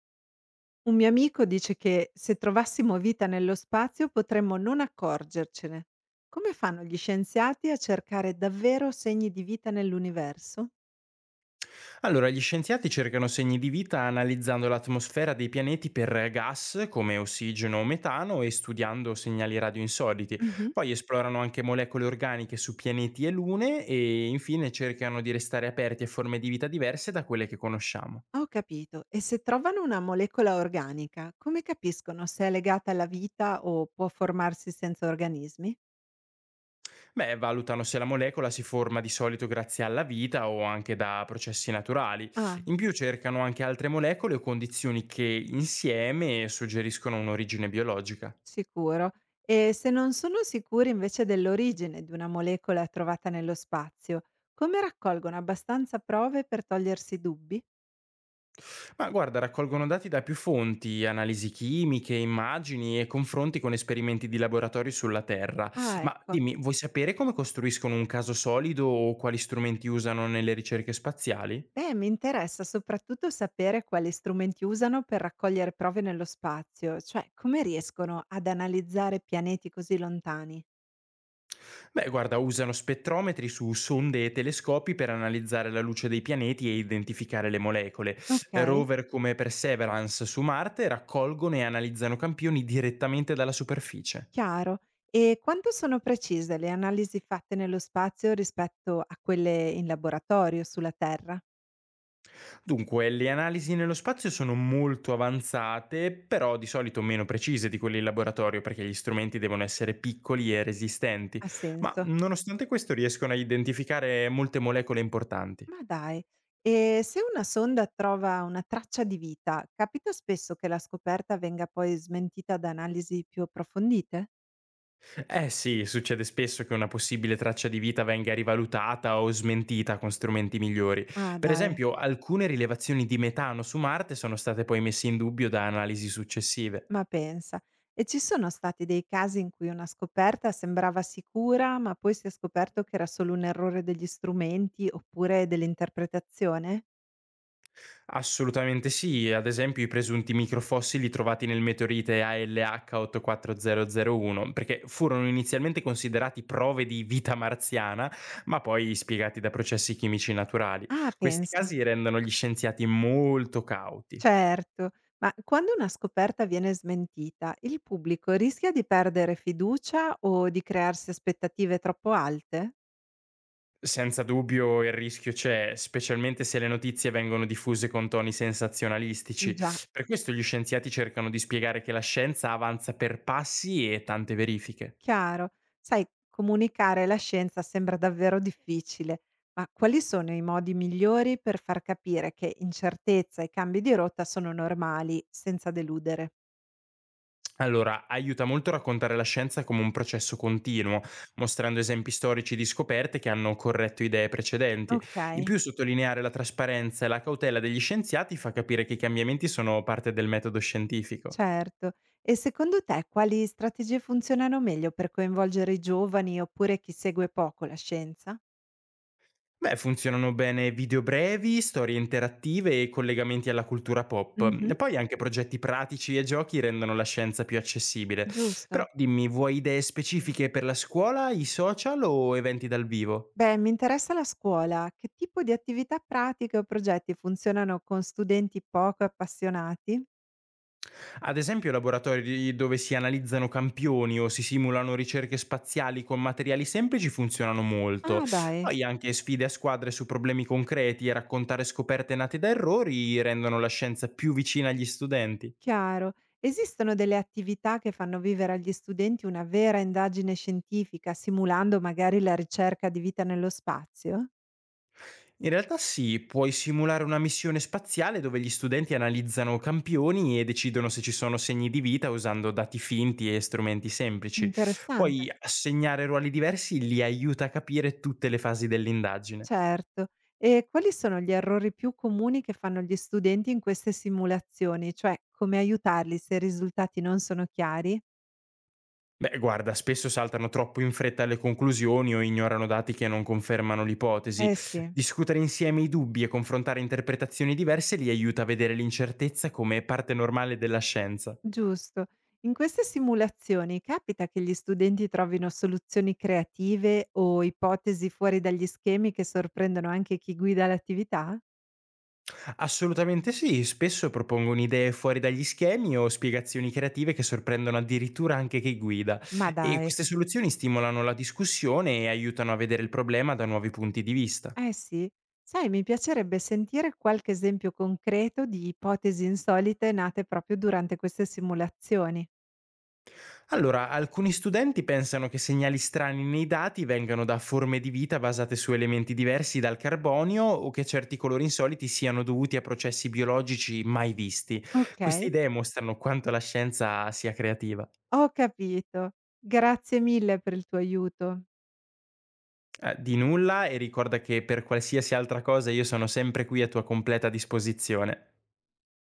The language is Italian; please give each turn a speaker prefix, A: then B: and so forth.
A: Un mio amico dice che se trovassimo vita nello spazio potremmo non accorgercene. Come fanno gli scienziati a cercare davvero segni di vita nell'universo?
B: Allora, gli scienziati cercano segni di vita analizzando l'atmosfera dei pianeti per gas come ossigeno o metano e studiando segnali radio insoliti.
A: Mhm.
B: Poi esplorano anche molecole organiche su pianeti e lune e infine cercano di restare aperti a forme di vita diverse da quelle che conosciamo.
A: Ho capito. E se trovano una molecola organica, come capiscono se è legata alla vita o può formarsi senza organismi?
B: Beh, valutano se la molecola si forma di solito grazie alla vita o anche da processi naturali.
A: Ah,
B: In più cercano anche altre molecole o condizioni che insieme suggeriscono un'origine biologica.
A: sicuro. E se non sono sicuri invece dell'origine di una molecola trovata nello spazio, come raccolgono abbastanza prove per togliersi dubbi?
B: Ma guarda, raccolgono dati da più fonti, analisi chimiche, immagini e confronti con esperimenti di laboratorio sulla Terra.
A: Ah,
B: Ma
A: ecco.
B: dimmi, vuoi sapere come costruiscono un caso solido o quali strumenti usano nelle ricerche spaziali?
A: Beh, mi interessa soprattutto sapere quali strumenti usano per raccogliere prove nello spazio, cioè come riescono ad analizzare pianeti così lontani.
B: Beh, guarda, usano spettrometri su sonde e telescopi per analizzare la luce dei pianeti e identificare le molecole.
A: Ok,
B: Rover come Perseverance su Marte raccolgono e analizzano campioni direttamente dalla superficie.
A: chiaro. E quanto sono precise le analisi fatte nello spazio rispetto a quelle in laboratorio sulla Terra?
B: Dunque, le analisi nello spazio sono molto avanzate, però di solito meno precise di quelle in laboratorio perché gli strumenti devono essere piccoli e resistenti,
A: Ha
B: ma
A: senso.
B: nonostante questo riescono a identificare molte molecole importanti.
A: Ma dai. E se una sonda trova una traccia di vita, capita spesso che la scoperta venga poi smentita da analisi più approfondite?
B: Eh sì, succede spesso che una possibile traccia di vita venga rivalutata o smentita con strumenti migliori.
A: Ah,
B: Per
A: dai.
B: esempio, alcune rilevazioni di metano su Marte sono state poi messe in dubbio da analisi successive.
A: Ma pensa, e ci sono stati dei casi in cui una scoperta sembrava sicura, ma poi si è scoperto che era solo un errore degli strumenti oppure dell'interpretazione?
B: Assolutamente sì, ad esempio i presunti microfossili trovati nel meteorite ALH84001, perché furono inizialmente considerati prove di vita marziana, ma poi spiegati da processi chimici naturali.
A: Ah,
B: Questi
A: pensa.
B: casi rendono gli scienziati molto cauti.
A: Certo, ma quando una scoperta viene smentita, il pubblico rischia di perdere fiducia o di crearsi aspettative troppo alte?
B: Senza dubbio il rischio c'è, specialmente se le notizie vengono diffuse con toni sensazionalistici.
A: Già.
B: Per questo gli scienziati cercano di spiegare che la scienza avanza per passi e tante verifiche.
A: Chiaro. Sai, comunicare la scienza sembra davvero difficile, ma quali sono i modi migliori per far capire che incertezza e cambi di rotta sono normali, senza deludere?
B: Allora, aiuta molto a raccontare la scienza come un processo continuo, mostrando esempi storici di scoperte che hanno corretto idee precedenti.
A: Ok,
B: In più, sottolineare la trasparenza e la cautela degli scienziati fa capire che i cambiamenti sono parte del metodo scientifico.
A: certo. E secondo te quali strategie funzionano meglio per coinvolgere i giovani oppure chi segue poco la scienza?
B: Beh, funzionano bene video brevi, storie interattive e collegamenti alla cultura pop.
A: Mhm,
B: E poi anche progetti pratici e giochi rendono la scienza più accessibile. Però
A: giusto.
B: dimmi, vuoi idee specifiche per la scuola, i social o eventi dal vivo?
A: Beh, mi interessa la scuola. Che tipo di attività pratiche o progetti funzionano con studenti poco appassionati?
B: Ad esempio laboratori dove si analizzano campioni o si simulano ricerche spaziali con materiali semplici funzionano molto.
A: Ah, dai.
B: Poi anche sfide a squadre su problemi concreti e raccontare scoperte nate da errori rendono la scienza più vicina agli studenti.
A: Chiaro. Esistono delle attività che fanno vivere agli studenti una vera indagine scientifica, simulando magari la ricerca di vita nello spazio?
B: In realtà sì, puoi simulare una missione spaziale dove gli studenti analizzano campioni e decidono se ci sono segni di vita usando dati finti e strumenti semplici.
A: Interessante,
B: Poi assegnare ruoli diversi li aiuta a capire tutte le fasi dell'indagine.
A: certo. E quali sono gli errori più comuni che fanno gli studenti in queste simulazioni? Cioè, come aiutarli se i risultati non sono chiari?
B: Beh, guarda, spesso saltano troppo in fretta alle conclusioni o ignorano dati che non confermano l'ipotesi.
A: Eh sì,
B: Discutere insieme i dubbi e confrontare interpretazioni diverse li aiuta a vedere l'incertezza come parte normale della scienza.
A: giusto. In queste simulazioni capita che gli studenti trovino soluzioni creative o ipotesi fuori dagli schemi che sorprendono anche chi guida l'attività?
B: Assolutamente sì, spesso propongono idee fuori dagli schemi o spiegazioni creative che sorprendono addirittura anche chi guida.
A: Ma
B: E
A: dai,
B: queste soluzioni stimolano la discussione e aiutano a vedere il problema da nuovi punti di vista.
A: eh sì. Sai, mi piacerebbe sentire qualche esempio concreto di ipotesi insolite nate proprio durante queste simulazioni.
B: Allora, alcuni studenti pensano che segnali strani nei dati vengano da forme di vita basate su elementi diversi dal carbonio o che certi colori insoliti siano dovuti a processi biologici mai visti.
A: Ok,
B: Queste idee mostrano quanto la scienza sia creativa.
A: ho capito. Grazie mille per il tuo aiuto.
B: Di nulla e ricorda che per qualsiasi altra cosa io sono sempre qui a tua completa disposizione.